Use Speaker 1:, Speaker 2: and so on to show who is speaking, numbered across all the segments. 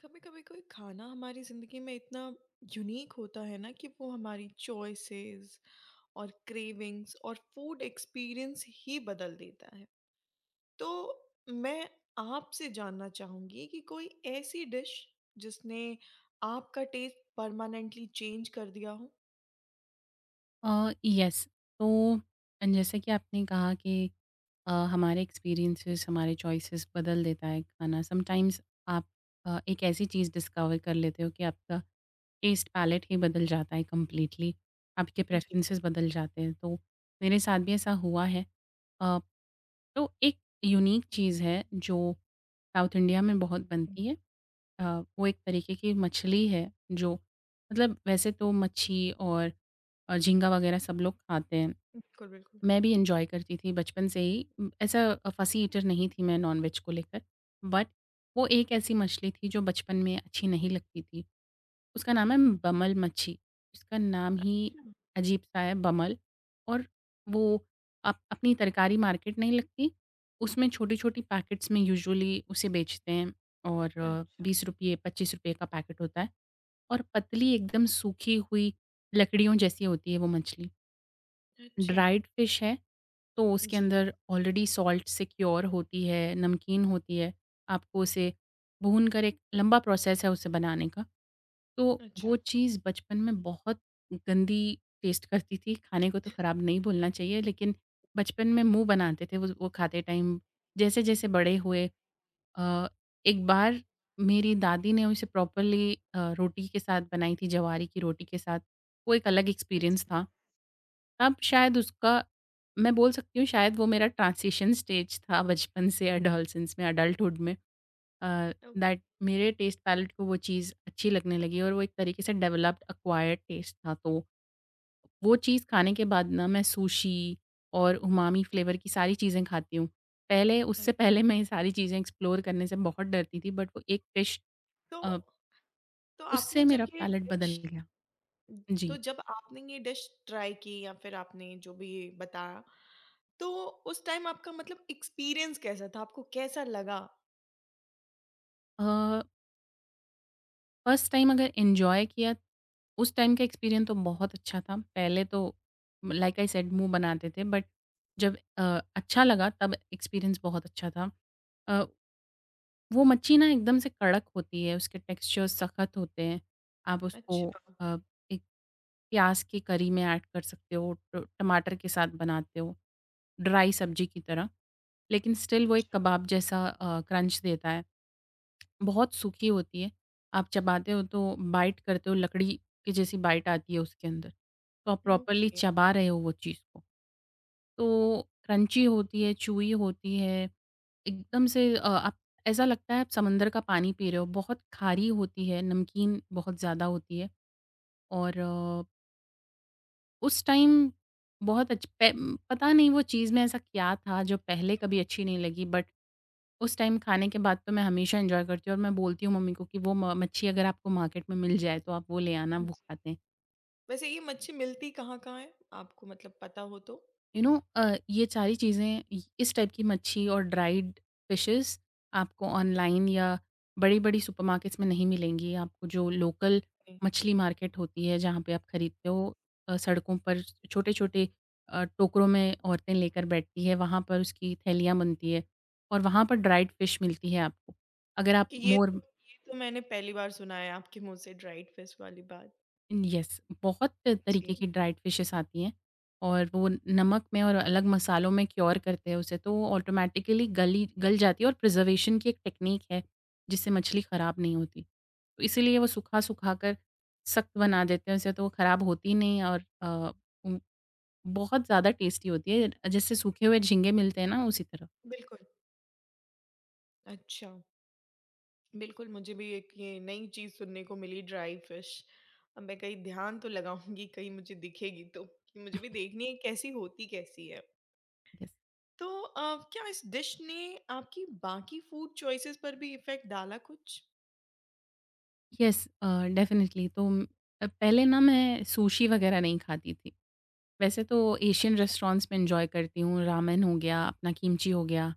Speaker 1: कभी कभी कोई खाना हमारी जिंदगी में इतना यूनिक होता है ना कि वो हमारी चॉइसेस और क्रेविंग्स और फूड एक्सपीरियंस ही बदल देता है। तो मैं आपसे जानना चाहूंगी कि कोई ऐसी डिश जिसने आपका टेस्ट परमानेंटली चेंज कर दिया हो।
Speaker 2: यस। तो जैसे कि आपने कहा कि हमारे एक्सपीरियंसेस हमारे चॉइसेस बदल देता है खाना समटाइम्स। आप एक ऐसी चीज़ डिस्कवर कर लेते हो कि आपका टेस्ट पैलेट ही बदल जाता है कम्प्लीटली। आपके
Speaker 1: जी।
Speaker 2: प्रेफरेंसेस बदल जाते हैं तो मेरे साथ भी ऐसा हुआ है। अ, तो एक यूनिक चीज़ है जो साउथ इंडिया में बहुत बनती है। अ, वो एक तरीके की मछली है जो मतलब वैसे तो मच्छी और झींगा वगैरह सब लोग खाते हैं।
Speaker 1: बिल्कुल बिल्कुल।
Speaker 2: मैं भी इंजॉय करती थी बचपन से ही, ऐसा फसी ईटर नहीं थी मैं नॉनवेज को लेकर। बट वो एक ऐसी मछली थी जो बचपन में अच्छी नहीं लगती थी। उसका नाम है बमल मच्छी। उसका नाम ही
Speaker 1: अच्छा।
Speaker 2: अजीब-सा है बमल। और वो अप अपनी तरकारी मार्केट नहीं लगती, उसमें छोटी-छोटी पैकेट्स में यूजुअली उसे बेचते हैं और
Speaker 1: अच्छा।
Speaker 2: ₹20 ₹25 का पैकेट होता है। और पतली एकदम सूखी हुई लकड़ियों जैसी होती है वो मछली।
Speaker 1: अच्छा।
Speaker 2: ड्राइड फ़िश है, तो उसके
Speaker 1: जी।
Speaker 2: अंदर ऑलरेडी सॉल्ट से क्योर होती है, नमकीन होती है। आपको उसे भूनकर एक लंबा प्रोसेस है उसे बनाने का। तो
Speaker 1: अच्छा।
Speaker 2: वो चीज़ बचपन में बहुत गंदी टेस्ट करती थी, खाने को तो खराब नहीं बोलना चाहिए लेकिन बचपन में मुँह बनाते थे वो खाते टाइम। जैसे-जैसे बड़े हुए अ, एक बार मेरी दादी ने उसे प्रॉपरली रोटी के साथ बनाई थी, जवारी की रोटी के साथ। वो एक अलग
Speaker 1: अच्छा।
Speaker 2: एक्सपीरियंस था। अब शायद उसका, मैं बोल सकती हूँ शायद वो मेरा ट्रांज़िशन स्टेज था बचपन से एडोलेसेंस में, एडल्टहुड में।
Speaker 1: ओके।
Speaker 2: दैट मेरे टेस्ट पैलेट को वो चीज़ अच्छी लगने लगी और वो एक तरीके से डेवलप्ड एक्वायर्ड टेस्ट था। तो वो चीज़ खाने के बाद ना मैं सुशी और उमामी फ्लेवर की सारी चीज़ें खाती हूँ। पहले, उससे पहले मैं ये सारी चीज़ें एक्सप्लोर करने से बहुत डरती थी बट वो एक फ़िश,
Speaker 1: तो
Speaker 2: अ,
Speaker 1: तो
Speaker 2: उससे
Speaker 1: आपने जब
Speaker 2: मेरा
Speaker 1: ये
Speaker 2: पैलेट
Speaker 1: डिश
Speaker 2: बदल गया। जी।
Speaker 1: तो जब आपने ये डिश ट्राई की या फिर आपने जो भी बताया, तो उस टाइम आपका एक्सपीरियंस कैसा था? आपको कैसा लगा?
Speaker 2: अ, फर्स्ट टाइम अगर एन्जॉय किया उस टाइम का एक्सपीरियंस तो बहुत अच्छा था। पहले तो लाइक आई सेड मुँह बनाते थे बट जब अच्छा लगा तब एक्सपीरियंस बहुत अच्छा था। अ, वो मच्छी ना एकदम से कड़क होती है, उसके टेक्सचर सख्त होते हैं। आप उसको
Speaker 1: अच्छा।
Speaker 2: अ, एक प्याज़ की करी में ऐड कर सकते हो, ट टमाटर के साथ बनाते हो, ड्राई सब्ज़ी की तरह। लेकिन स्टिल वो एक
Speaker 1: अच्छा।
Speaker 2: कबाब जैसा क्रंच देता है। बहुत सूखी होती है, आप चबाते हो तो बाइट करते हो, लकड़ी की जैसी बाइट आती है उसके अंदर। तो आप प्रॉपरली
Speaker 1: ओके।
Speaker 2: चबा रहे हो वो चीज़ को। तो क्रंची होती है, चूई होती है। एकदम से आप, ऐसा लगता है आप समंदर का पानी पी रहे हो। बहुत खारी होती है, नमकीन बहुत ज़्यादा होती है और उस टाइम बहुत अच्छ पै पता नहीं वो चीज़ में ऐसा क्या था जो पहले कभी अच्छी नहीं लगी बट उस टाइम खाने के बाद तो मैं हमेशा एन्जॉय करती हूँ और मैं बोलती हूँ मम्मी को कि वो म मच्छी अगर आपको मार्केट में मिल जाए तो आप वो ले आना, वो
Speaker 1: जी।
Speaker 2: खाते हैं।
Speaker 1: वैसे ये मच्छी मिलती कहाँ-कहाँ है? आपको पता हो तो?
Speaker 2: यू नो ये सारी चीज़ें इस टाइप की मच्छी और ड्राइड फिशेस आपको ऑनलाइन या बड़ी बड़ी सुपरमार्केट्स में नहीं मिलेंगी। आपको जो लोकल
Speaker 1: नहीं,
Speaker 2: मछली मार्केट होती है जहाँ पे आप खरीदते हो, सड़कों पर छोटे छोटे टोकरों में औरतें लेकर बैठती है, वहाँ पर उसकी थैलियाँ बनती है और वहाँ पर ड्राइड फिश मिलती है आपको। अगर आप
Speaker 1: क्योंकि ये तो
Speaker 2: मोर,
Speaker 1: ये तो मैंने पहली बार सुना है आपके मुँह से ड्राइड फिश वाली बात।
Speaker 2: यस, बहुत तरीके
Speaker 1: जी।
Speaker 2: की ड्राइड फिशेज़ आती हैं और वो नमक में और अलग मसालों में क्योर करते हैं उसे, तो वो ऑटोमैटिकली गली गल जाती है और प्रिज़र्वेशन की एक टेक्नीक है, जिससे मछली ख़राब नहीं होती। तो इसीलिए वो सुखा-सुखा कर सख्त बना देते हैं उसे, तो वो ख़राब होती नहीं है और उम, बहुत ज़्यादा टेस्टी होती है, जैसे सूखे हुए झींगे मिलते हैं ना, उसी तरह।
Speaker 1: बिल्कुल। अच्छा। बिल्कुल, मुझे भी एक ये नई चीज़ सुनने को मिली, ड्राई फिश। अब मैं कहीं ध्यान तो लगाऊँगी, कहीं मुझे दिखेगी तो, कि मुझे भी देखनी है कैसी होती कैसी है।
Speaker 2: यस।
Speaker 1: तो क्या इस डिश ने आपकी बाकी फूड चॉइसेस पर भी इफ़ेक्ट डाला कुछ?
Speaker 2: यस डेफ़िनिटली तो पहले ना मैं सुशी वग़ैरह नहीं खाती थी। वैसे तो एशियन
Speaker 1: अच्छा।
Speaker 2: रेस्टोरेंट्स में एन्जॉय करती हूँ, रामेन हो गया, अपना किमची हो गया,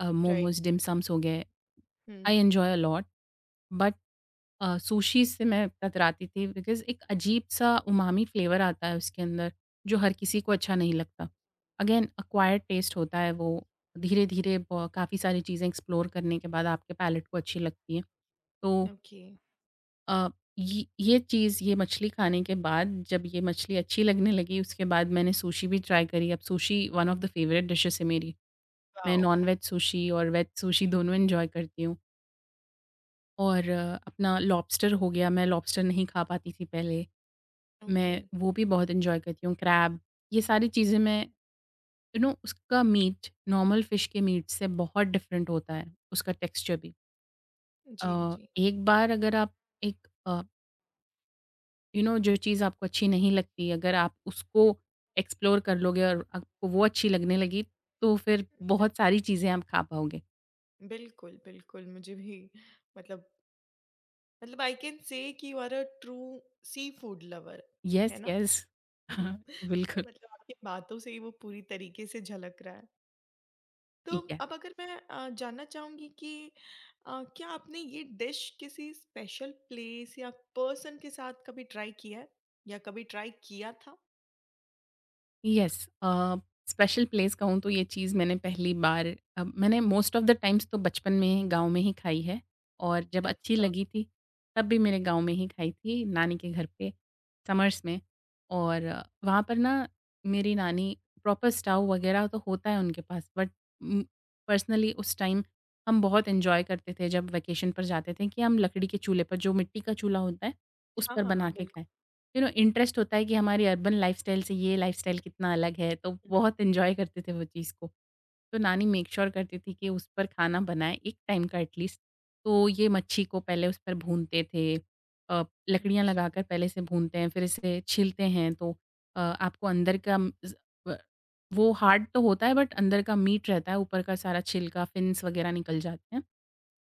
Speaker 1: राइट।
Speaker 2: मोमोज़, डिम सम्स हो गए,
Speaker 1: हुँ।
Speaker 2: I enjoy a lot but sushi से मैं कतराती थी बिकॉज़ एक अजीब-सा उमामी फ्लेवर आता है उसके अंदर, जो हर किसी को अच्छा नहीं लगता। अगेन एक्वायर्ड टेस्ट होता है वो, धीरे-धीरे ब काफ़ी सारी चीज़ें एक्सप्लोर करने के बाद आपके पैलेट को अच्छी लगती हैं। तो
Speaker 1: ओके।
Speaker 2: अ, ये चीज़, ये मछली खाने के बाद जब ये मछली अच्छी लगने लगी उसके बाद मैंने सुशी भी ट्राई करी। अब sushi one of the favourite dishes है मेरी। मैं
Speaker 1: वाओ!
Speaker 2: नॉन-वेज सुशी और वेज सुशी दोनों एन्जॉय करती हूँ। और अपना लॉबस्टर हो गया, मैं लॉबस्टर नहीं खा पाती थी पहले।
Speaker 1: ओके।
Speaker 2: मैं वो भी बहुत एन्जॉय करती हूँ, क्रैब। ये सारी चीज़ें मैं, उसका मीट नॉर्मल फ़िश के मीट से बहुत डिफ़रेंट होता है, उसका टेक्सचर भी।
Speaker 1: जी, जी।
Speaker 2: एक बार अगर आप एक जो चीज़ आपको अच्छी नहीं लगती, अगर आप उसको एक्सप्लोर कर लोगे और आपको वो अच्छी लगने लगी, तो फिर बहुत सारी चीज़ें आप खा पाओगे।
Speaker 1: बिल्कुल, बिल्कुल, मुझे भी मतलब मतलब आई कैन से कि you are a true sea food lover,
Speaker 2: yes,
Speaker 1: है ना?
Speaker 2: यस। बिल्कुल।
Speaker 1: तो आपकी बातों से ही वो पूरी तरीके से झलक रहा है। तो अब अगर मैं जानना चाहूँगी कि क्या आपने ये डिश किसी स्पेशल प्लेस या पर्सन के साथ कभी ट्राई किया है? या कभी ट्राई किया था?
Speaker 2: यस अ, स्पेशल प्लेस कहूँ तो ये चीज़ मैंने पहली बार मैंने मोस्ट ऑफ द टाइम्स तो बचपन में गाँव में ही खाई है और जब अच्छी
Speaker 1: अच्छा।
Speaker 2: लगी थी तब भी मेरे गाँव में ही खाई थी नानी के घर पे समर्स में। और वहाँ पर ना मेरी नानी प्रॉपर स्टोव वगैरह तो होता है उनके पास बट पर्सनली उस टाइम हम बहुत एंजॉय करते थे जब वेकेशन पर जाते थे कि हम लकड़ी के चूल्हे पर, जो मिट्टी का चूल्हा होता है उस
Speaker 1: हाँ,
Speaker 2: पर
Speaker 1: हाँ,
Speaker 2: बना
Speaker 1: हाँ,
Speaker 2: के
Speaker 1: बिल्कुल।
Speaker 2: खाएं। यू नो इंटरेस्ट होता है कि हमारी अर्बन लाइफस्टाइल से ये लाइफस्टाइल कितना अलग है, तो बहुत एंजॉय करते थे वो चीज़ को। तो नानी मेक श्योर करती थी कि उस पर खाना बनाए एक टाइम का एटलीस्ट। तो ये मच्छी को पहले उस पर भूनते थे, अ, लकड़ियाँ
Speaker 1: अच्छा।
Speaker 2: लगाकर पहले से भूनते हैं, फिर इसे छीलते हैं। तो आपको अंदर का ज़ व वो हार्ड तो होता है बट अंदर का मीट रहता है, ऊपर का सारा छिलका, फिन्स वगैरह निकल जाते हैं।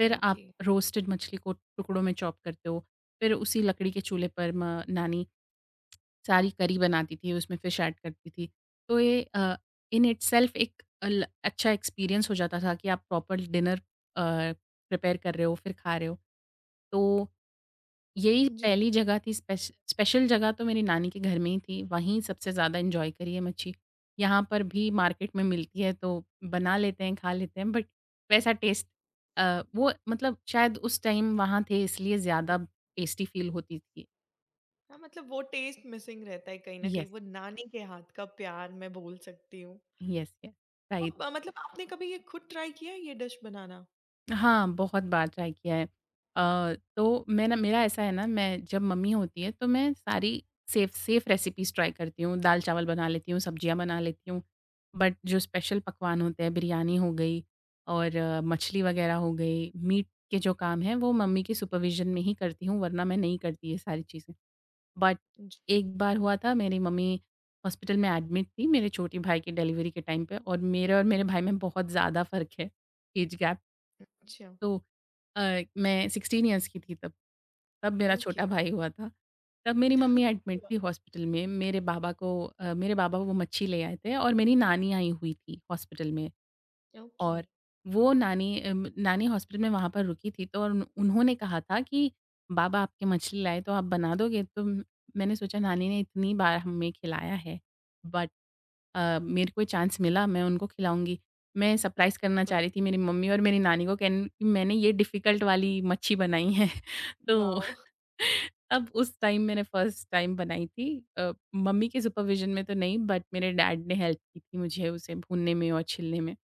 Speaker 2: फिर आप
Speaker 1: ओके।
Speaker 2: रोस्टेड मछली को टुकड़ों में चॉप करते हो। फिर उसी लकड़ी के चूल्हे पर म नानी सारी करी बनाती थी, उसमें फिश ऐड करती थी। तो ये इन इटसेल्फ एक अल अच्छा एक्सपीरियंस हो जाता था कि आप प्रॉपर डिनर प्रिपेयर कर रहे हो, फिर खा रहे हो। तो यही
Speaker 1: जी।
Speaker 2: पहली जगह थी स्पेशल जगह तो मेरी नानी के घर में ही थी, वहीं सबसे ज़्यादा एन्जॉय करी है मच्छी। यहाँ पर भी मार्केट में मिलती है तो बना लेते हैं, खा लेते हैं बट वैसा टेस्ट, वो मतलब शायद उस टाइम वहाँ थे इसलिए ज़्यादा टेस्टी फ़ील होती थी।
Speaker 1: हाँ, वो टेस्ट मिसिंग रहता है कहीं न कहीं,
Speaker 2: येस,
Speaker 1: वो नानी के हाथ का प्यार मैं बोल सकती हूँ।
Speaker 2: येस, येस,
Speaker 1: तो
Speaker 2: राइट।
Speaker 1: ब मतलब आपने कभी ये खुद ट्राई किया है ये डिश बनाना?
Speaker 2: हाँ, बहुत बार ट्राई किया है। तो मैं ना, मेरा ऐसा है ना, मैं जब मम्मी होती है तो मैं सारी सेफ सेफ रेसिपीज़ ट्राई करती हूँ, दाल-चावल बना लेती हूँ, सब्जियाँ बना लेती हूँ। बट जो स्पेशल पकवान होते हैं, बिरयानी हो गई और मछली वग़ैरह हो गई, मीट के जो काम हैं वो मम्मी के सुपरविज़न में ही करती हूँ, वरना मैं नहीं करती ये सारी चीज़ें। बट
Speaker 1: जी।
Speaker 2: एक बार हुआ था, मेरी मम्मी हॉस्पिटल में एडमिट थी मेरे छोटे भाई की डिलीवरी के टाइम पे और मेरे भाई में बहुत ज़्यादा फ़र्क है, ऐज गैप।
Speaker 1: अच्छा।
Speaker 2: तो मैं 16 इयर्स की थी तब। तब मेरा
Speaker 1: ओके।
Speaker 2: छोटा भाई हुआ था। तब मेरी मम्मी एडमिट थी हॉस्पिटल में। मेरे बाबा वो मच्छी ले आए थे और मेरी नानी आई हुई थी हॉस्पिटल में।
Speaker 1: ओके।
Speaker 2: और वो नानी, नानी हॉस्पिटल में वहाँ पर रुकी थी तो उन उन्होंने कहा था कि बाबा आपके मछली लाए तो आप बना दोगे? तो मैंने सोचा नानी ने इतनी बार हमें खिलाया है बट मेरे को चांस मिला मैं उनको खिलाऊँगी। मैं सरप्राइज़ करना चाह
Speaker 1: बिल्कुल।
Speaker 2: रही थी मेरी मम्मी और मेरी नानी को, कहन कि मैंने ये डिफ़िकल्ट वाली मच्छी बनाई है। तो
Speaker 1: वाओ!
Speaker 2: अब उस टाइम मैंने फर्स्ट टाइम बनाई थी। मम्मी के सुपरविज़न में तो नहीं, बट मेरे डैड ने हेल्प की थी मुझे उसे भूनने में और छीलने में,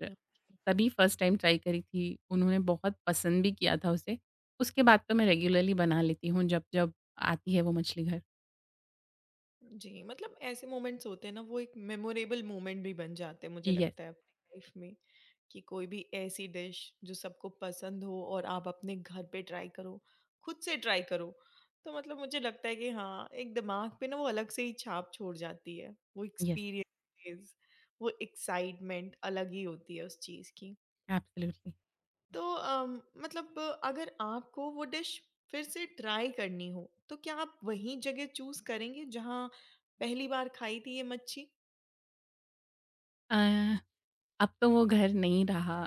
Speaker 1: न।
Speaker 2: तभी फर्स्ट टाइम ट्राई करी थी। उन्होंने बहुत पसंद भी किया था उसे। उसके बाद तो मैं रेगुलरली बना लेती हूँ जब-जब आती है वो मछली घर।
Speaker 1: जी, ऐसे मोमेंट्स होते हैं ना, वो एक मेमोरेबल मोमेंट भी बन जाते हैं मुझे
Speaker 2: येस,
Speaker 1: लगता है अपनी लाइफ़ में, कि कोई भी ऐसी डिश जो सबको पसंद हो और आप अपने घर पे ट्राई करो, खुद से ट्राई करो। तो मुझे लगता है कि हाँ, एक दिमाग पे ना वो अलग से ही छाप छोड़ जाती है। वो
Speaker 2: येस,
Speaker 1: एक्सपीरियंस, वो एक्साइटमेंट अलग ही होती है उस चीज़ की।
Speaker 2: एब्सोल्युटली।
Speaker 1: तो अम, मतलब अगर आपको वो डिश फिर से ट्राई करनी हो, तो क्या आप वही जगह चूज़ करेंगे जहाँ पहली बार खाई थी ये मच्छी?
Speaker 2: अ अब तो वो घर नहीं रहा।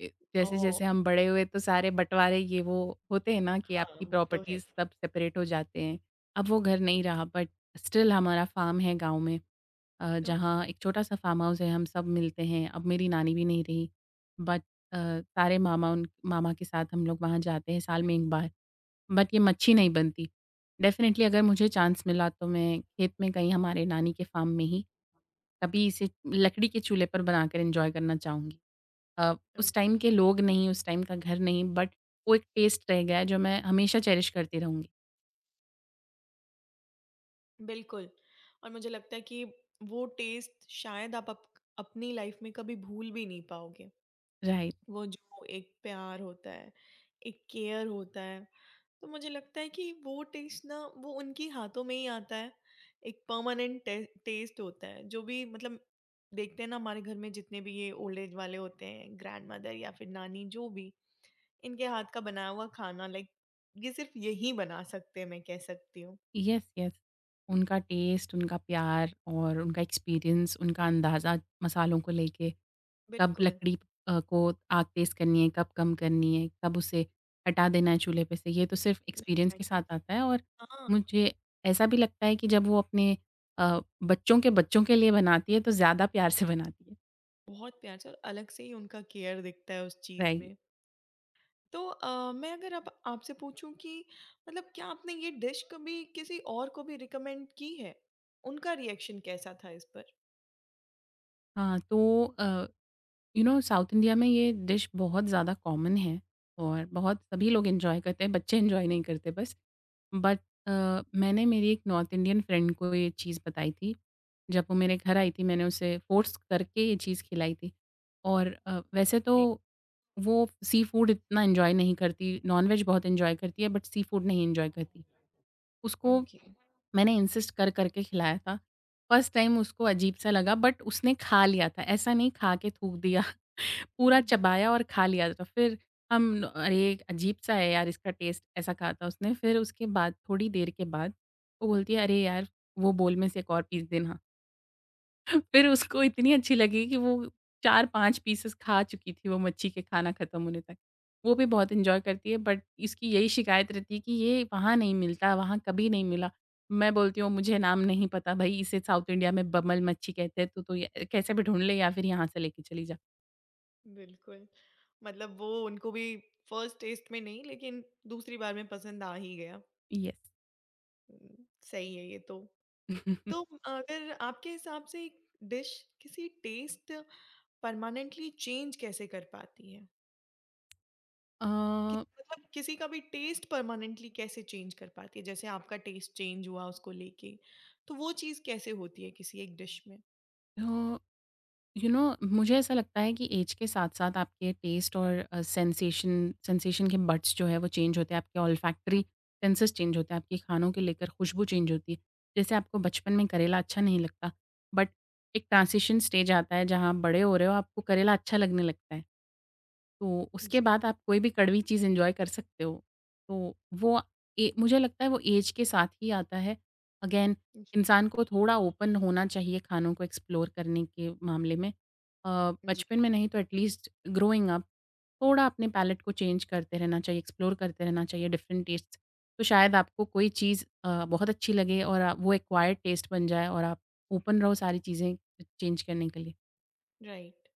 Speaker 1: ओह!
Speaker 2: जैसे-जैसे हम बड़े हुए तो सारे बँटवारे ये वो होते हैं ना कि
Speaker 1: हाँ,
Speaker 2: आपकी
Speaker 1: वो तो है।
Speaker 2: प्रॉपर्टीज़ सब सेपरेट हो जाते हैं। अब वो घर नहीं रहा बट स्टिल हमारा फ़ार्म है गाँव में, जहाँ
Speaker 1: ओके।
Speaker 2: एक छोटा-सा फ़ार्म हाउस है, हम सब मिलते हैं। अब मेरी नानी भी नहीं रही बट सारे मामा, उन मामा के साथ हम लोग वहाँ जाते हैं साल में 1 बार। बट ये मच्छी नहीं बनती। डेफ़िनिटली अगर मुझे चांस मिला तो मैं खेत में कहीं हमारे नानी के फ़ार्म में ही कभी इसे लकड़ी के चूल्हे पर बनाकर एन्जॉय करना चाहूँगी। अ, उस
Speaker 1: ओके।
Speaker 2: टाइम के लोग नहीं, उस टाइम का घर नहीं, बट वो एक टेस्ट रह गया है जो मैं हमेशा चेरिश करती रहूँगी।
Speaker 1: बिल्कुल। और मुझे लगता है कि वो टेस्ट शायद आप अप अपनी लाइफ़ में कभी भूल भी नहीं पाओगे।
Speaker 2: राइट।
Speaker 1: वो जो एक प्यार होता है, एक केयर होता है। तो मुझे लगता है कि वो टेस्ट ना वो उनके हाथों में ही आता है। एक परमानेंट टे टेस्ट होता है जो भी देखते हैं ना हमारे घर में जितने भी ये ओल्ड एज वाले होते हैं, ग्रैंडमदर या फिर नानी जो भी, इनके हाथ का बनाया हुआ खाना, लाइक ये सिर्फ़ यही बना सकते हैं मैं कह सकती हूँ।
Speaker 2: Yes, yes. उनका टेस्ट, उनका प्यार और उनका एक्सपीरियंस, उनका अंदाज़ा मसालों को लेके। कब
Speaker 1: बिल्कुल।
Speaker 2: लकड़ी को आग तेज़ करनी है, कब कम करनी है, कब उसे हटा देना है चूल्हे पे से, ये तो सिर्फ़ एक्सपीरियंस के साथ
Speaker 1: एग्ज़ैक्टली।
Speaker 2: आता है और
Speaker 1: हाँ,
Speaker 2: मुझे ऐसा भी लगता है कि जब वो अपने अ, बच्चों के लिए बनाती है, तो ज़्यादा प्यार से बनाती है।
Speaker 1: बहुत प्यार से और अलग से ही उनका केयर दिखता है उस चीज़
Speaker 2: राइट।
Speaker 1: में। तो मैं अगर अब आपसे पूछूं कि क्या आपने ये डिश कभी किसी और को भी रिकमेंड की है? उनका रिएक्शन कैसा था इस पर?
Speaker 2: हाँ, तो यू नो साउथ इंडिया में ये डिश बहुत ज़्यादा कॉमन है और बहुत सभी लोग एंजॉय करते हैं, बच्चे एंजॉय नहीं करते बस, बट मैंने मेरी एक नॉर्थ इंडियन फ्रेंड को ये चीज़ बताई थी जब वो मेरे घर आई थी। मैंने उसे फोर्स करके ये चीज़ खिलाई थी और वैसे तो
Speaker 1: जी।
Speaker 2: वो सी फूड इतना एंजॉय नहीं करती, नॉनवेज बहुत एंजॉय करती है बट सी फूड नहीं एंजॉय करती, उसको
Speaker 1: ओके।
Speaker 2: मैंने इंसिस्ट कर करके खिलाया था। फर्स्ट टाइम उसको अजीब सा लगा बट उसने खा लिया था, ऐसा नहीं खा के थूक दिया, पूरा चबाया और खा लिया। तो फिर हम, अरे! अजीब-सा है यार इसका टेस्ट, ऐसा कहा था उसने। फिर उसके बाद थोड़ी देर के बाद वो बोलती है, अरे यार! वो बोल में से एक और पीस देना। फिर उसको इतनी अच्छी लगी कि वो 4-5 पीसेस खा चुकी थी, वो मच्छी के खाना खत्म होने तक। वो भी बहुत एन्जॉय करती है बट इसकी यही शिकायत रहती है कि ये वहाँ नहीं मिलता, वहाँ कभी नहीं मिला। मैं बोलती हूँ मुझे नाम नहीं पता भई, इसे साउथ इंडिया में बमल मच्छी कहते हैं, तो ये कैसे भी ढूँढ ले या फिर यहाँ से लेके चली जा।
Speaker 1: बिल्कुल। वो उनको भी फर्स्ट टेस्ट में नहीं लेकिन दूसरी बार में पसंद आ ही गया।
Speaker 2: येस।
Speaker 1: सही है ये तो। तो अगर आपके हिसाब से एक डिश किसी टेस्ट परमानेंटली चेंज कैसे कर पाती है, कि
Speaker 2: अ,
Speaker 1: किसी का भी टेस्ट परमानेंटली कैसे चेंज कर पाती है? जैसे आपका टेस्ट चेंज हुआ उसको लेके, तो वो चीज़ कैसे होती है किसी एक डिश में?
Speaker 2: तो यू नो मुझे ऐसा लगता है कि एज के साथ साथ आपके टेस्ट और सेंसेशन सेंसेशन के बड्स जो है वो चेंज होते हैं, आपके ऑल्फैक्टरी सेंसेस चेंज होते हैं आपके खानों के लेकर, खुशबू चेंज होती है। जैसे आपको बचपन में करेला अच्छा नहीं लगता बट एक ट्रांसिशन स्टेज आता है जहाँ आप बड़े हो रहे हो, आपको करेला अच्छा लगने लगता है, तो उसके
Speaker 1: जी,
Speaker 2: बाद आप कोई भी कड़वी चीज़ एन्जॉय कर सकते हो। तो वो, ए मुझे लगता है वो ऐज के साथ ही आता है। अगेन इंसान को थोड़ा ओपन होना चाहिए खानों को एक्सप्लोर करने के मामले में।
Speaker 1: जी।
Speaker 2: बचपन में नहीं तो एट लीस्ट ग्रोइंग अप थोड़ा अपने पैलेट को चेंज करते रहना चाहिए, एक्सप्लोर करते रहना चाहिए डिफरेंट टेस्ट्स। तो शायद आपको कोई चीज़ बहुत अच्छी लगे और वो एक्वायर्ड टेस्ट बन जाए और आप ओपन रहो सारी चीज़ें चेंज करने के लिए।
Speaker 1: राइट।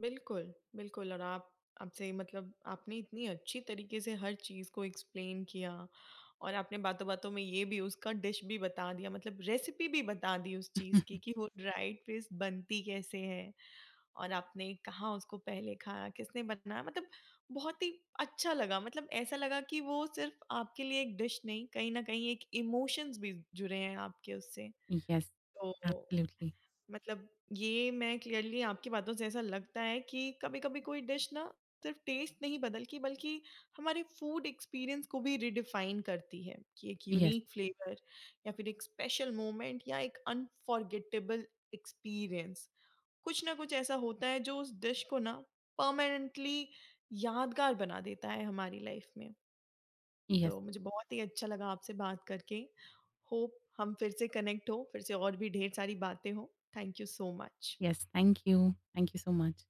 Speaker 1: बिल्कुल, बिल्कुल। और आप आपसे मतलब आपने इतनी अच्छी तरीके से हर चीज़ को एक्सप्लेन किया, और आपने बातों-बातों में ये भी उसका डिश भी बता दिया, रेसिपी भी बता दी उस चीज़ की कि वो ड्राइड फिश बनती कैसे है। और आपने कहाँ उसको पहले खाया, किसने बनाया? बहुत ही अच्छा लगा, ऐसा लगा कि वो सिर्फ़ आपके लिए एक डिश नहीं, कहीं न कहीं एक इमोशंस भी जुड़े हैं आपके उससे।
Speaker 2: येस,
Speaker 1: तो
Speaker 2: एब्सोल्युटली।
Speaker 1: मतलब ये मैं क्लियरली आपकी बातों से ऐसा लगता है कि कभी-कभी कोई डिश ना सिर्फ़ टेस्ट नहीं बदलती बल्कि हमारे फूड एक्सपीरियंस को भी रिडिफाइन करती है, कि एक
Speaker 2: येस,
Speaker 1: यूनिक फ्लेवर या फिर एक स्पेशल मोमेंट या एक अनफॉरगेटेबल एक्सपीरियंस। कुछ ना कुछ ऐसा होता है जो उस डिश को ना परमानेंटली यादगार बना देता है हमारी लाइफ में।
Speaker 2: येस।
Speaker 1: तो मुझे बहुत ही अच्छा लगा आपसे बात करके। होप हम फिर से कनेक्ट हो, फिर से और भी ढेर सारी बातें हो। Thank you so much.
Speaker 2: Yes, thank you. Thank you so much.